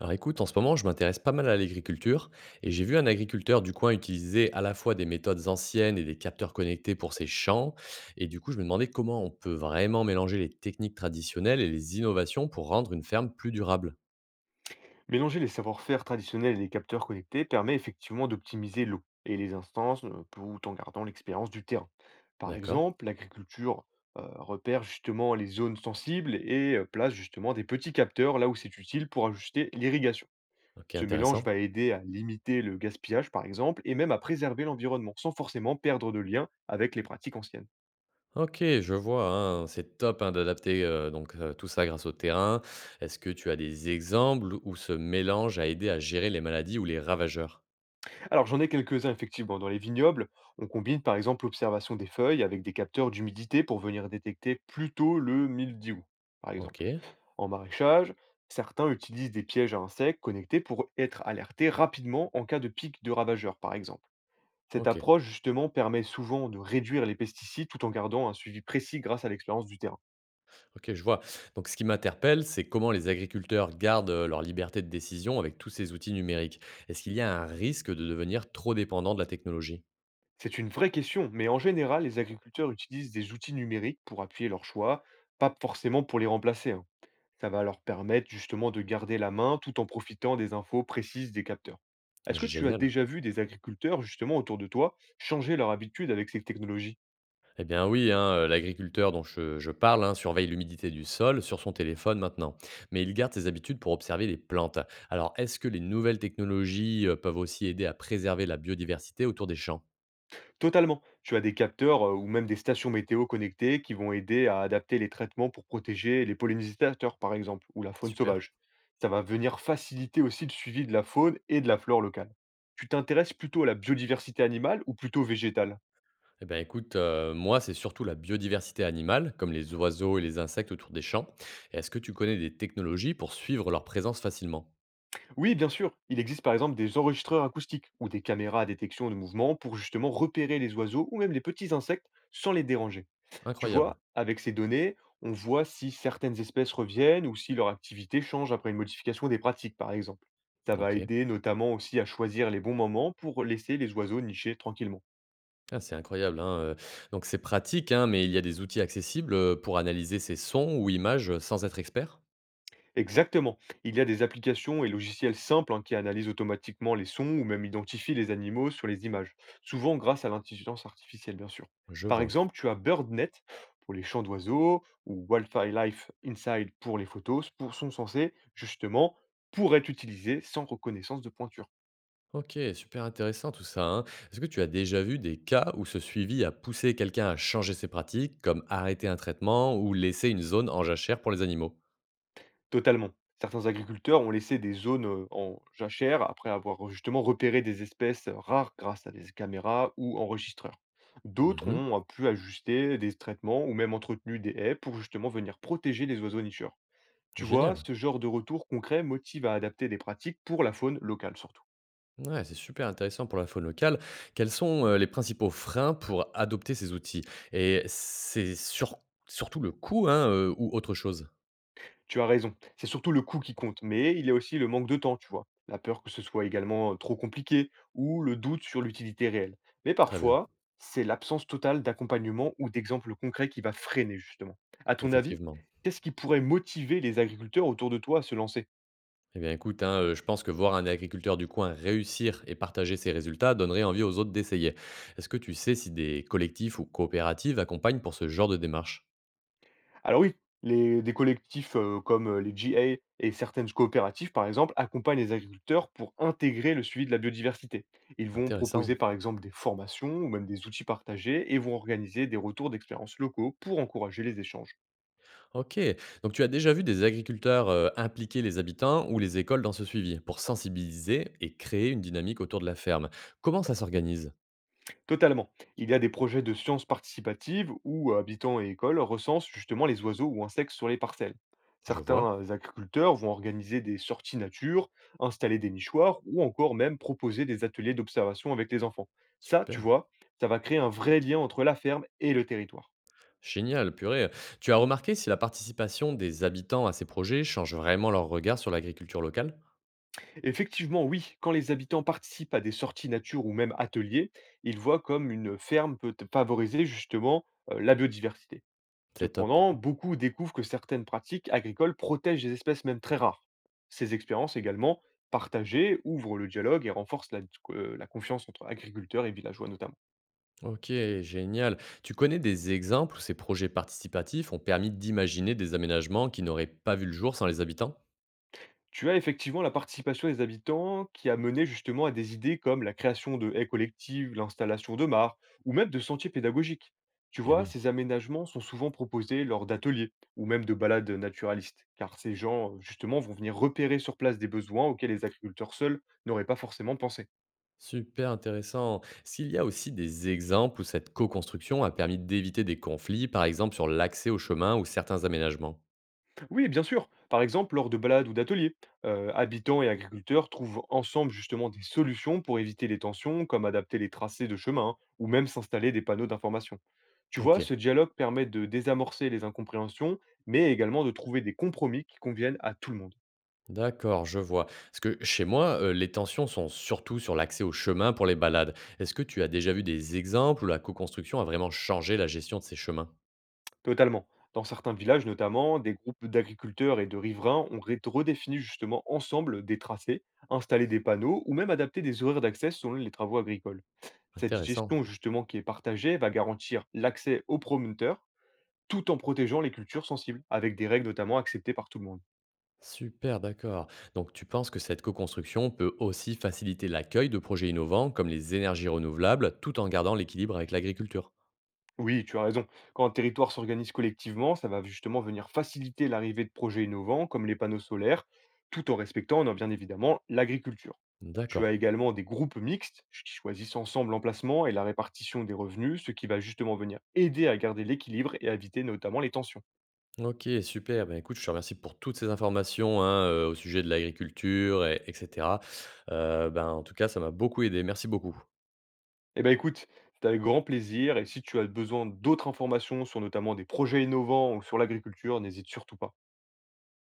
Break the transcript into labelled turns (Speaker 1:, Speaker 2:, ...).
Speaker 1: Alors écoute, en ce moment, je m'intéresse pas mal à l'agriculture et j'ai vu un agriculteur du coin utiliser à la fois des méthodes anciennes et des capteurs connectés pour ses champs. Et du coup, je me demandais comment on peut vraiment mélanger les techniques traditionnelles et les innovations pour rendre une ferme plus durable.
Speaker 2: Mélanger les savoir-faire traditionnels et les capteurs connectés permet effectivement d'optimiser l'eau et les instances tout en gardant l'expérience du terrain. Par
Speaker 1: D'accord.
Speaker 2: exemple, l'agriculture repère justement les zones sensibles et place justement des petits capteurs là où c'est utile pour ajuster l'irrigation.
Speaker 1: Ok,
Speaker 2: Ce mélange va
Speaker 1: intéressant.
Speaker 2: aider à limiter le gaspillage par exemple et même à préserver l'environnement sans forcément perdre de lien avec les pratiques anciennes.
Speaker 1: Ok, je vois. Hein, c'est top, hein, d'adapter, donc tout ça grâce au terrain. Est-ce que tu as des exemples où ce mélange a aidé à gérer les maladies ou les ravageurs?
Speaker 2: Alors j'en ai quelques-uns effectivement. Dans les vignobles, on combine par exemple l'observation des feuilles avec des capteurs d'humidité pour venir détecter plus tôt le mildiou, par
Speaker 1: Ok,
Speaker 2: exemple. En maraîchage, certains utilisent des pièges à insectes connectés pour être alertés rapidement en cas de pic de ravageurs, par exemple. Cette
Speaker 1: ok.
Speaker 2: approche justement permet souvent de réduire les pesticides tout en gardant un suivi précis grâce à l'expérience du terrain.
Speaker 1: OK, je vois. Donc ce qui m'interpelle, c'est comment les agriculteurs gardent leur liberté de décision avec tous ces outils numériques. Est-ce qu'il y a un risque de devenir trop dépendant de la technologie?
Speaker 2: C'est une vraie question, mais en général, les agriculteurs utilisent des outils numériques pour appuyer leurs choix, pas forcément pour les remplacer, hein. Ça va leur permettre justement de garder la main tout en profitant des infos précises des capteurs.
Speaker 1: Ah,
Speaker 2: Est-ce que
Speaker 1: j'ai
Speaker 2: tu as
Speaker 1: génial.
Speaker 2: déjà vu des agriculteurs justement autour de toi changer leur habitude avec ces technologies?
Speaker 1: Eh bien oui, hein, l'agriculteur dont je parle, hein, surveille l'humidité du sol sur son téléphone maintenant. Mais il garde ses habitudes pour observer les plantes. Alors est-ce que les nouvelles technologies peuvent aussi aider à préserver la biodiversité autour des champs?
Speaker 2: Totalement. Tu as des capteurs ou même des stations météo connectées qui vont aider à adapter les traitements pour protéger les pollinisateurs, par exemple, ou la faune
Speaker 1: Super.
Speaker 2: sauvage. Ça va venir faciliter aussi le suivi de la faune et de la flore locale. Tu t'intéresses plutôt à la biodiversité animale ou plutôt végétale?
Speaker 1: Eh bien, écoute, moi, c'est surtout la biodiversité animale, comme les oiseaux et les insectes autour des champs. Et est-ce que tu connais des technologies pour suivre leur présence facilement?
Speaker 2: Oui, bien sûr. Il existe par exemple des enregistreurs acoustiques ou des caméras à détection de mouvement pour justement repérer les oiseaux ou même les petits insectes sans les déranger. Tu vois,
Speaker 1: Incroyable.
Speaker 2: avec ces données, on voit si certaines espèces reviennent ou si leur activité change après une modification des pratiques, par exemple. Ça va
Speaker 1: OK.
Speaker 2: aider notamment aussi à choisir les bons moments pour laisser les oiseaux nicher tranquillement.
Speaker 1: Ah, c'est incroyable, hein, donc c'est pratique, hein, mais il y a des outils accessibles, pour analyser ces sons ou images, sans être expert?
Speaker 2: Exactement. Il y a des applications et logiciels simples hein, qui analysent automatiquement les sons ou même identifient les animaux sur les images, souvent grâce à l'intelligence artificielle, bien sûr.
Speaker 1: Je
Speaker 2: Par
Speaker 1: vois.
Speaker 2: exemple, tu as BirdNet pour les chants d'oiseaux ou Wildlife Inside pour les photos, pour, sont censés justement pour être utilisés sans reconnaissance de pointure.
Speaker 1: OK, super intéressant tout ça, hein. Est-ce que tu as déjà vu des cas où ce suivi a poussé quelqu'un à changer ses pratiques, comme arrêter un traitement ou laisser une zone en jachère pour les animaux?
Speaker 2: Totalement. Certains agriculteurs ont laissé des zones en jachère après avoir justement repéré des espèces rares grâce à des caméras ou enregistreurs. D'autres
Speaker 1: Mmh.
Speaker 2: ont pu ajuster des traitements ou même entretenu des haies pour justement venir protéger les oiseaux nicheurs. Tu vois,
Speaker 1: Génial.
Speaker 2: ce genre de retour concret motive à adapter des pratiques pour la faune locale surtout.
Speaker 1: Ouais, c'est super intéressant pour la faune locale. Quels sont les principaux freins pour adopter ces outils? Et c'est surtout le coût, hein, ou autre chose?
Speaker 2: Tu as raison, c'est surtout le coût qui compte, mais il y a aussi le manque de temps, tu vois. La peur que ce soit également trop compliqué ou le doute sur l'utilité réelle. Mais
Speaker 1: Très bien,
Speaker 2: parfois, c'est l'absence totale d'accompagnement ou d'exemples concrets qui va freiner justement. À ton avis,
Speaker 1: effectivement.
Speaker 2: qu'est-ce qui pourrait motiver les agriculteurs autour de toi à se lancer?
Speaker 1: Eh bien, écoute, hein, je pense que voir un agriculteur du coin réussir et partager ses résultats donnerait envie aux autres d'essayer. Est-ce que tu sais si des collectifs ou coopératives accompagnent pour ce genre de démarche?
Speaker 2: Alors oui, les, des collectifs comme les GA et certaines coopératives, par exemple, accompagnent les agriculteurs pour intégrer le suivi de la biodiversité. Ils vont
Speaker 1: Intéressant.
Speaker 2: proposer, par exemple, des formations ou même des outils partagés et vont organiser des retours d'expériences locaux pour encourager les échanges.
Speaker 1: OK. Donc tu as déjà vu des agriculteurs, impliquer les habitants ou les écoles dans ce suivi pour sensibiliser et créer une dynamique autour de la ferme. Comment ça s'organise?
Speaker 2: Totalement. Il y a des projets de sciences participatives où habitants et écoles recensent justement les oiseaux ou insectes sur les parcelles.
Speaker 1: Je
Speaker 2: Certains
Speaker 1: vois,
Speaker 2: agriculteurs vont organiser des sorties nature, installer des nichoirs ou encore même proposer des ateliers d'observation avec les enfants. Ça, tu
Speaker 1: super,
Speaker 2: vois, ça va créer un vrai lien entre la ferme et le territoire.
Speaker 1: génial, purée. Tu as remarqué si la participation des habitants à ces projets change vraiment leur regard sur l'agriculture locale?
Speaker 2: Effectivement, oui, quand les habitants participent à des sorties nature ou même ateliers, ils voient comme une ferme peut favoriser justement la biodiversité.
Speaker 1: C'est top.
Speaker 2: Cependant, beaucoup découvrent que certaines pratiques agricoles protègent des espèces même très rares. Ces expériences également partagées ouvrent le dialogue et renforcent la confiance entre agriculteurs et villageois notamment.
Speaker 1: OK, génial. Tu connais des exemples où ces projets participatifs ont permis d'imaginer des aménagements qui n'auraient pas vu le jour sans les habitants?
Speaker 2: Tu as effectivement la participation des habitants qui a mené justement à des idées comme la création de haies collectives, l'installation de mares ou même de sentiers pédagogiques. Tu
Speaker 1: Eh
Speaker 2: vois,
Speaker 1: oui.
Speaker 2: ces aménagements sont souvent proposés lors d'ateliers ou même de balades naturalistes, car ces gens justement vont venir repérer sur place des besoins auxquels les agriculteurs seuls n'auraient pas forcément pensé.
Speaker 1: Super intéressant. S'il y a aussi des exemples où cette co-construction a permis d'éviter des conflits, par exemple sur l'accès aux chemins ou certains aménagements.
Speaker 2: Oui, bien sûr. Par exemple, lors de balades ou d'ateliers, habitants et agriculteurs trouvent ensemble justement des solutions pour éviter les tensions, comme adapter les tracés de chemin hein, ou même s'installer des panneaux d'information. Tu
Speaker 1: Ok,
Speaker 2: vois, ce dialogue permet de désamorcer les incompréhensions, mais également de trouver des compromis qui conviennent à tout le monde.
Speaker 1: d'accord, je vois. Parce que chez moi, les tensions sont surtout sur l'accès aux chemins pour les balades. Est-ce que tu as déjà vu des exemples où la co-construction a vraiment changé la gestion de ces chemins?
Speaker 2: Totalement. Dans certains villages notamment, des groupes d'agriculteurs et de riverains ont redéfini justement ensemble des tracés, installé des panneaux ou même adapté des horaires d'accès selon les travaux agricoles. Cette
Speaker 1: Intéressant.
Speaker 2: gestion justement qui est partagée va garantir l'accès aux promoteurs tout en protégeant les cultures sensibles, avec des règles notamment acceptées par tout le monde.
Speaker 1: Super, d'accord. Donc tu penses que cette co-construction peut aussi faciliter l'accueil de projets innovants comme les énergies renouvelables tout en gardant l'équilibre avec l'agriculture?
Speaker 2: Oui, tu as raison. Quand un territoire s'organise collectivement, ça va justement venir faciliter l'arrivée de projets innovants comme les panneaux solaires, tout en respectant non, bien évidemment l'agriculture. Tu as
Speaker 1: D'accord.
Speaker 2: également des groupes mixtes qui choisissent ensemble l'emplacement et la répartition des revenus, ce qui va justement venir aider à garder l'équilibre et à éviter notamment les tensions.
Speaker 1: OK, super. Ben, écoute, je te remercie pour toutes ces informations, hein, au sujet de l'agriculture et cetera. Ben, en tout cas, ça m'a beaucoup aidé. Merci beaucoup.
Speaker 2: Eh ben écoute, c'était avec grand plaisir et si tu as besoin d'autres informations sur notamment des projets innovants ou sur l'agriculture, n'hésite surtout pas.